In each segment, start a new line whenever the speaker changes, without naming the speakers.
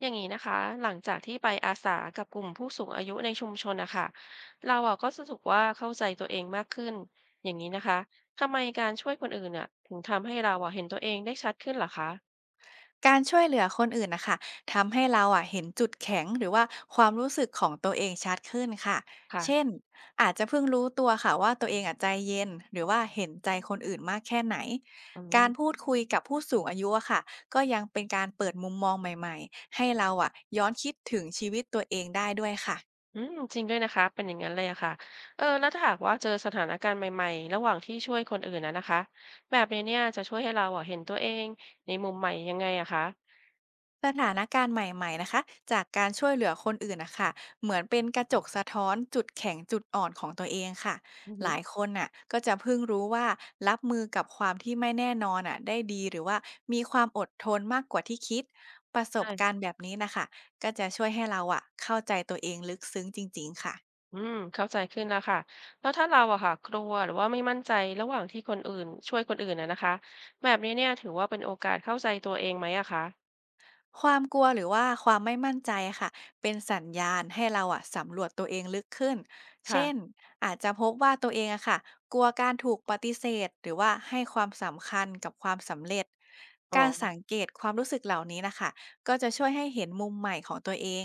อย่างนี้นะคะหลังจากที่ไปอาสากับกลุ่มผู้สูงอายุในชุมชนนะคะเราอะก็รู้สึกว่าเข้าใจตัวเองมากขึ้นอย่างนี้นะคะทำไมการช่วยคนอื่นอะถึงทำให้เราอะเห็นตัวเองได้ชัดขึ้นเหรอคะ
การช่วยเหลือคนอื่นนะคะทำให้เราเห็นจุดแข็งหรือว่าความรู้สึกของตัวเองชัดขึ้นค่ะเช่น
ค่ะ
อาจจะเพิ่งรู้ตัวค่ะว่าตัวเองใจเย็นหรือว่าเห็นใจคนอื่นมากแค่ไหน
อื
การพู
ม
ดคุยกับผู้สูงอายุอะค่ะก็ยังเป็นการเปิดมุมมองใหม่ๆให้เราย้อนคิดถึงชีวิตตัวเองได้ด้วยค่ะ
อืมจริงด้วยนะคะเป็นอย่างนั้นเลยอะค่ะเออแล้วถ้าหากว่าเจอสถานการณ์ใหม่ๆระหว่างที่ช่วยคนอื่นนะคะแบบนี้เนี่ยจะช่วยให้เราอะเห็นตัวเองในมุมใหม่ยังไงอะคะ
สถานการณ์ใหม่ๆนะคะจากการช่วยเหลือคนอื่นนะคะเหมือนเป็นกระจกสะท้อนจุดแข็งจุดอ่อนของตัวเองค่ะ
อือ
หลาย
ฮ
คนน่ะก็จะเพิ่งรู้ว่ารับมือกับความที่ไม่แน่นอนได้ดีหรือว่ามีความอดทนมากกว่าที่คิดประสบการ
ึ
ณ์แบบนี้นะคะก็จะช่วยให้เราอะเข้าใจตัวเองลึกซึ้งจริงๆค่ะ
อืมเข้าใจขึ้นแล้วค่ะแล้วถ้าเราอะค่ะกลัวหรือว่าไม่มั่นใจระหว่างที่คนอื่นช่วยคนอื่นอะนะคะแบบนี้เนี่ยถือว่าเป็นโอกาสเข้าใจตัวเองไหมอะคะ
ความกลัวหรือว่าความไม่มั่นใจค่ะเป็นสัญญาณให้เราอะสำรวจตัวเองลึกขึ้นเช่น
ค่ะ
อาจจะพบว่าตัวเองอะค่ะกลัวการถูกปฏิเสธหรือว่าให้ความสำคัญกับความสำเร็จ
อ๋อ
การสังเกตความรู้สึกเหล่านี้นะคะก็จะช่วยให้เห็นมุมใหม่ของตัวเอง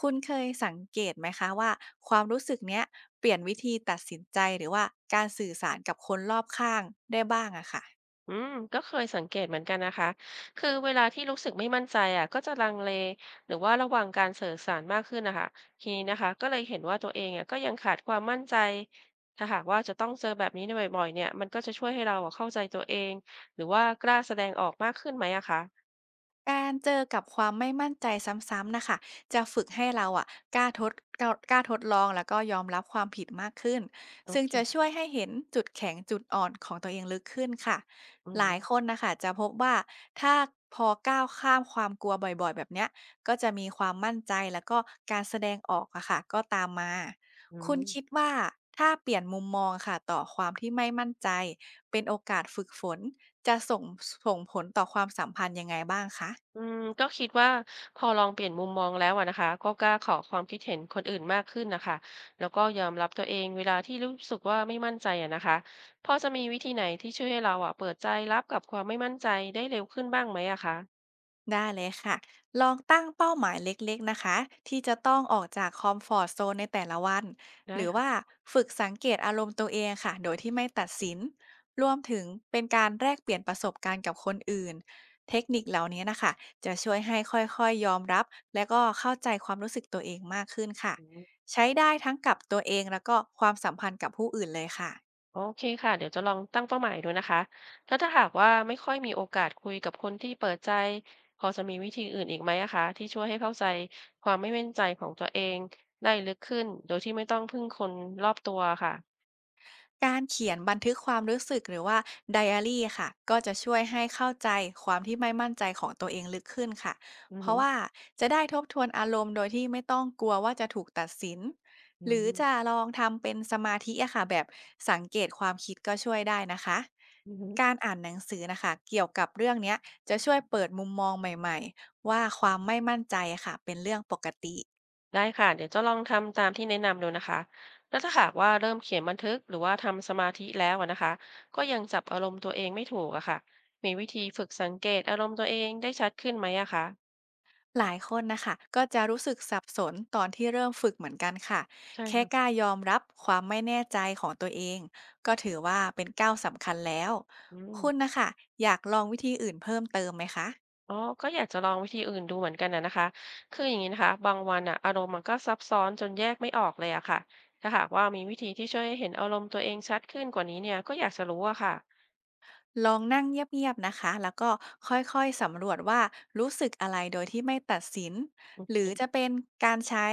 คุณเคยสังเกตไหมคะว่าความรู้สึกเนี้ยเปลี่ยนวิธีตัดสินใจหรือว่าการสื่อสารกับคนรอบข้างได้บ้างอะค่ะ
อืมก็เคยสังเกตเหมือนกันนะคะคือเวลาที่รู้สึกไม่มั่นใจอะก็จะลังเลหรือว่าระวังการสื่อสารมากขึ้นนะคะทีนี้นะคะก็เลยเห็นว่าตัวเองอะก็ยังขาดความมั่นใจถ้าหากว่าจะต้องเจอแบบนี้บ่อยๆเนี่ยมันก็จะช่วยให้เราอะเข้าใจตัวเองหรือว่ากล้าแสดงออกมากขึ้นไหมอะคะ
การเจอกับความไม่มั่นใจซ้ำๆนะคะจะฝึกให้เราอะกล้าทดกล้าทดลองแล้วก็ยอมรับความผิดมากขึ้น
โอ
ซึ่ง
เค
จะช่วยให้เห็นจุดแข็งจุดอ่อนของตัวเองลึกขึ้นค่ะ
อื
หลายคน
ม
น่ะคะจะพบว่าถ้าพอก้าวข้ามความกลัวบ่อยๆแบบเนี้ยก็จะมีความมั่นใจแล้วก็การแสดงออกอะค่ะก็ตามมา
อื
คุณ
ม
คิดว่าถ้าเปลี่ยนมุมมองค่ะต่อความที่ไม่มั่นใจเป็นโอกาสฝึกฝนจะส่งผลต่อความสัมพันธ์ยังไงบ้างคะ
อืมก็คิดว่าพอลองเปลี่ยนมุมมองแล้วอะนะคะก็กล้าขอความคิดเห็นคนอื่นมากขึ้นนะคะแล้วก็ยอมรับตัวเองเวลาที่รู้สึกว่าไม่มั่นใจอะนะคะพอจะมีวิธีไหนที่ช่วยให้เราอะเปิดใจรับกับความไม่มั่นใจได้เร็วขึ้นบ้างไหมอะคะ
ได้เลยค่ะ ลองตั้งเป้าหมายเล็กๆนะคะ ที่จะต้องออกจากคอมฟอร์ตโซนในแต่ละวัน ห
ได้
รือว่า
ค่ะ
ฝึกสังเกตอารมณ์ตัวเองค่ะ โดยที่ไม่ตัดสินรวมถึงเป็นการแลกเปลี่ยนประสบการณ์กับคนอื่น เทคนิคเหล่านี้นะคะ จะช่วยให้ค่อยๆยอมรับ และก็เข้าใจความรู้สึกตัวเองมากขึ้นค่ะ
อืม
ใช้ได้ทั้งกับตัวเองแล้วก็ความสัมพันธ์กับผู้อื่นเลยค่ะ
โอเคค่ะเดี๋ยวจะลองตั้งเป้าหมายดูนะคะแล้วถ้าหากว่าไม่ค่อยมีโอกาสคุยกับคนที่เปิดใจพอจะมีวิธีอื่นอีกไหมอะคะที่ช่วยให้เข้าใจความไม่มั่นใจของตัวเองได้ลึกขึ้นโดยที่ไม่ต้องพึ่งคนรอบตัวค่ะ
การเขียนบันทึกความรู้สึกหรือว่าไดอารี่ค่ะก็จะช่วยให้เข้าใจความที่ไม่มั่นใจของตัวเองลึกขึ้นค่ะ
อือ
เพ
ฮึ
ราะว่าจะได้ทบทวนอารมณ์โดยที่ไม่ต้องกลัวว่าจะถูกตัดสิน
อื
หรือจะ
ม
ลองทำเป็นสมาธิอะค่ะแบบสังเกตความคิดก็ช่วยได้นะคะ
อือฮึ
การอ่านหนังสือนะคะเกี่ยวกับเรื่องเนี้ยจะช่วยเปิดมุมมองใหม่ๆว่าความไม่มั่นใจอะค่ะเป็นเรื่องปกติ
ได้ค่ะเดี๋ยวจะลองทำตามที่แนะนำดูนะคะแล้วถ้าหากว่าเริ่มเขียนบันทึกหรือว่าทำสมาธิแล้วอะนะคะก็ยังจับอารมณ์ตัวเองไม่ถูกอะค่ะมีวิธีฝึกสังเกตอารมณ์ตัวเองได้ชัดขึ้นไหมอะคะ
หลายคนนะคะก็จะรู้สึกสับสนตอนที่เริ่มฝึกเหมือนกันค่ะ
ใช่
แค่ก
ค่ะ
ล้ายอมรับความไม่แน่ใจของตัวเองก็ถือว่าเป็นก้าวสำคัญแล้ว
อืม
คุณนะคะอยากลองวิธีอื่นเพิ่มเติมไหมคะ
อ๋อก็อยากจะลองวิธีอื่นดูเหมือนกันนะคะคืออย่างนี้นะคะบางวันอ่ะอารมณ์มันก็ซับซ้อนจนแยกไม่ออกเลยอะค่ะถ้าหากว่ามีวิธีที่ช่วยให้เห็นอารมณ์ตัวเองชัดขึ้นกว่านี้เนี่ยก็อยากจะรู้อะค่ะ
ลองนั่งเงียบๆนะคะแล้วก็ค่อยๆสำรวจว่ารู้สึกอะไรโดยที่ไม่ตัดสิน
โอ
ห
เค
รือจะเป็นการใช้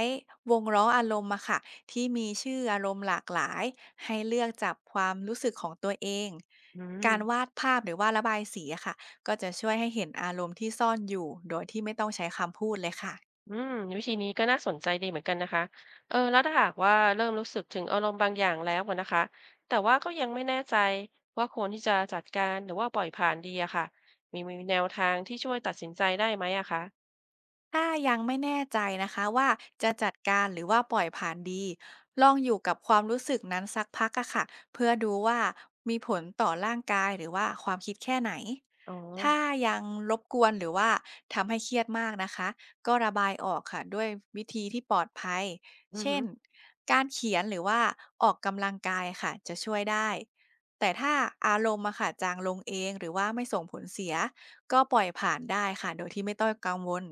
วงล้ออารมณ์อะค่ะ ที่มีชื่ออารมณ์หลากหลายให้เลือกจับความรู้สึกของตัวเอง
อื
การวา
ม
ดภาพหรือว่าระบายสีอะค่ะ ก็จะช่วยให้เห็นอารมณ์ที่ซ่อนอยู่ โดยที่ไม่ต้องใช้คำพูดเลยค่ะ
อืมวิธีนี้ก็น่าสนใจดีเหมือนกันนะคะเออแล้วถ้าหากว่าเริ่มรู้สึกถึงอารมณ์บางอย่างแล้วอะนะคะแต่ว่าก็ยังไม่แน่ใจว่าควรที่จะจัดการหรือว่าปล่อยผ่านดีอะค่ะมีแนวทางที่ช่วยตัดสินใจได้ไหมอะคะ
ถ้ายังไม่แน่ใจนะคะว่าจะจัดการหรือว่าปล่อยผ่านดีลองอยู่กับความรู้สึกนั้นสักพักอะค่ะเพื่อดูว่ามีผลต่อร่างกายหรือว่าความคิดแค่ไหน
อ๋อ
ถ้ายังรบกวนหรือว่าทำให้เครียดมากนะคะก็ระบายออกค่ะด้วยวิธีที่ปลอดภัย
อือ
เช่
ฮึ
นการเขียนหรือว่าออกกำลังกายค่ะจะช่วยได้แต่ถ้าอารมณ์อะค่ะจางลงเองหรือว่าไม่ส่งผลเสียก็ปล่อยผ่านได้ค่ะโดยที่ไม่ต้องกังวล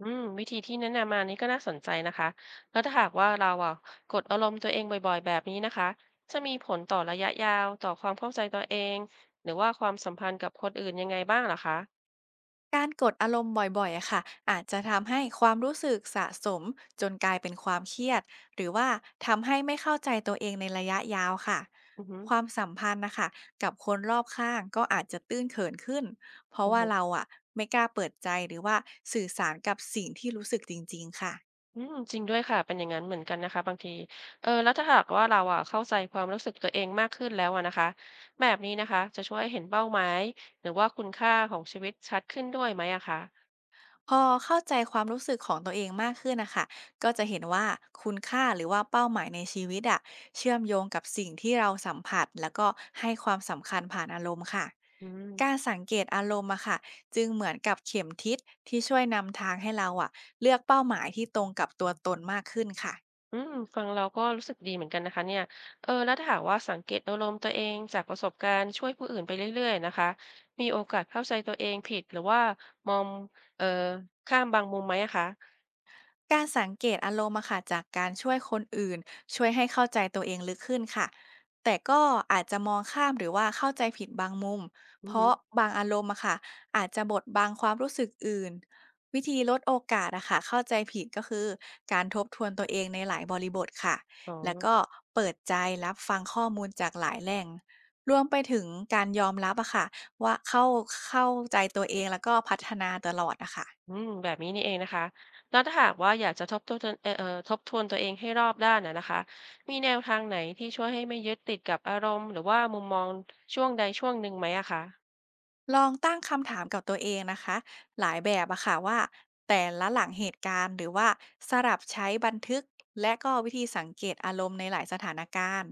อืมวิธีที่แนะนำมานี้ก็น่าสนใจนะคะแล้วถ้าหากว่าเราอะกดอารมณ์ตัวเองบ่อยๆแบบนี้นะคะจะมีผลต่อระยะยาวต่อความเข้าใจตัวเองหรือว่าความสัมพันธ์กับคนอื่นยังไงบ้างเหรอคะ
การกดอารมณ์บ่อยๆอะค่ะอาจจะทำให้ความรู้สึกสะสมจนกลายเป็นความเครียด หรือว่าทำให้ไม่เข้าใจตัวเองในระยะยาวค่ะ
อือฮ
ความสัมพันธ์นะคะกับคนรอบข้างก็อาจจะตื้นเขินขึ้น เพราะว่า
ึ
เราอะไม่กล้าเปิดใจหรือว่าสื่อสารกับสิ่งที่รู้สึกจริงๆ ค่ะ
อืมจริงด้วยค่ะเป็นอย่างนั้นเหมือนกันนะคะบางทีเออแล้วถ้าหากว่าเราอะเข้าใจความรู้สึกตัวเองมากขึ้นแล้วอะนะคะแบบนี้นะคะจะช่วยให้เห็นเป้าหมายหรือว่าคุณค่าของชีวิตชัดขึ้นด้วยไหมอะคะ
พอเข้าใจความรู้สึกของตัวเองมากขึ้นนะคะก็จะเห็นว่าคุณค่าหรือว่าเป้าหมายในชีวิตอะเชื่อมโยงกับสิ่งที่เราสัมผัสแล้วก็ให้ความสำคัญผ่านอารมณ์ค่ะ
อืม
การสังเกตอารมณ์อะค่ะจึงเหมือนกับเข็มทิศที่ช่วยนำทางให้เราอะเลือกเป้าหมายที่ตรงกับตัวตนมากขึ้นค่ะ
อืมฟังเราก็รู้สึกดีเหมือนกันนะคะเนี่ยเออแล้วถ้าหากว่าสังเกตอารมณ์ตัวเองจากประสบการณ์ช่วยผู้อื่นไปเรื่อยๆนะคะมีโอกาสเข้าใจตัวเองผิดหรือว่ามองเอ่อข้ามบางมุมไหมอะคะ
การสังเกตอารมณ์อะค่ะจากการช่วยคนอื่นช่วยให้เข้าใจตัวเองลึกขึ้นค่ะแต่ก็อาจจะมองข้ามหรือว่าเข้าใจผิดบางมุม
อื
เพ
อฮึ
ราะบางอารมณ์อะค่ะอาจจะบดบังความรู้สึกอื่นวิธีลดโอกาสอะค่ะเข้าใจผิดก็คือการทบทวนตัวเองในหลายบริบทค่ะ
อ๋อ
แล้วก็เปิดใจรับฟังข้อมูลจากหลายแหล่งรวมไปถึงการยอมรับอะค่ะว่าเข้าใจตัวเองแล้วก็พัฒนาตลอดอะค่ะ
อืมแบบนี้นี่เองนะคะแล้วถ้าหากว่าอยากจะทบทวนตนทบทวนตัวเองให้รอบด้านนะคะ มีแนวทางไหนที่ช่วยให้ไม่ยึดติดกับอารมณ์หรือว่ามุมมองช่วงใดช่วงหนึ่งไหมอะคะ
ลองตั้งคำถามกับตัวเองนะคะหลายแบบอะค่ะว่าแต่ละหลังเหตุการณ์หรือว่าสลับใช้บันทึกและก็วิธีสังเกตอารมณ์ในหลายสถานการณ์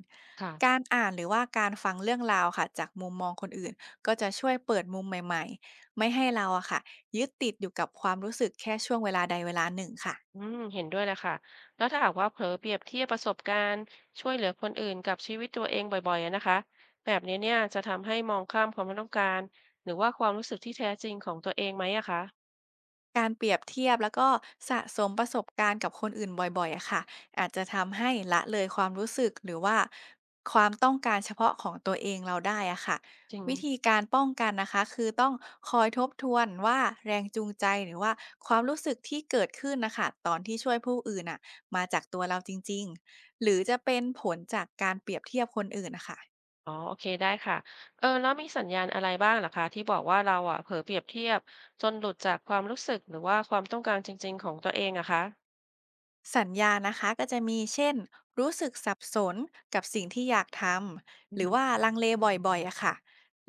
กา
ค่ะ
รอ่านหรือว่าการฟังเรื่องราวค่ะจากมุมมองคนอื่นก็จะช่วยเปิดมุมใหม่ๆไม่ให้เราอะค่ะยึดติดอยู่กับความรู้สึกแค่ช่วงเวลาใดเวลาหนึ่งค่ะ
อืมเห็นด้วยเลยค่ะ แล้วถ้าหากว่าเผลอเปรียบเทียบประสบการณ์ช่วยเหลือคนอื่นกับชีวิตตัวเองบ่อยๆอะนะคะแบบนี้เนี่ยจะทำให้มองข้ามความต้องการหรือว่าความรู้สึกที่แท้จริงของตัวเองไหมอะคะ
การเปรียบเทียบแล้วก็สะสมประสบการณ์กับคนอื่นบ่อยๆอะค่ะอาจจะทำให้ละเลยความรู้สึกหรือว่าความต้องการเฉพาะของตัวเองเราได้อะค่ะ
จริง
วิธีการป้องกันนะคะคือต้องคอยทบทวนว่าแรงจูงใจหรือว่าความรู้สึกที่เกิดขึ้นนะคะตอนที่ช่วยผู้อื่นอะมาจากตัวเราจริงๆหรือจะเป็นผลจากการเปรียบเทียบคนอื่นนะคะ
อ๋อโอเคได้ค่ะเออแล้วมีสัญญาณอะไรบ้างเหรอคะที่บอกว่าเราอะเผลอเปรียบเทียบจนหลุดจากความรู้สึกหรือว่าความต้องการจริงๆของตัวเองอะคะ
สัญญานะคะก็จะมีเช่นรู้สึกสับสนกับสิ่งที่อยากทำ
อื
ห
อ
รือ
ฮึ
ว่าลังเลบ่อยๆอะค่ะ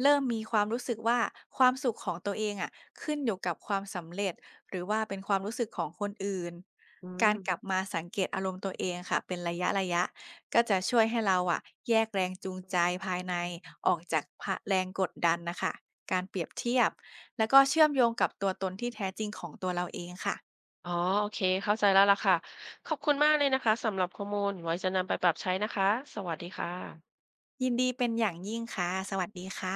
เริ่มมีความรู้สึกว่าความสุขของตัวเองอะขึ้นอยู่กับความสำเร็จหรือว่าเป็นความรู้สึกของคนอื่น
อื
การ
ม
กลับมาสังเกตอารมณ์ตัวเองค่ะเป็นระยะก็จะช่วยให้เราอะแยกแรงจูงใจภายในออกจากพะแรงกดดันนะคะการเปรียบเทียบแล้วก็เชื่อมโยงกับตัวตนที่แท้จริงของตัวเราเองค่ะ
อ๋อโอเคเข้าใจแล้วล่ะค่ะ ขอบคุณมากเลยนะคะสำหรับข้อมูลไว้จะนำไปปรับใช้นะคะ สวัสดีค่ะ
ยินดีเป็นอย่างยิ่งค่ะ สวัสดีค่ะ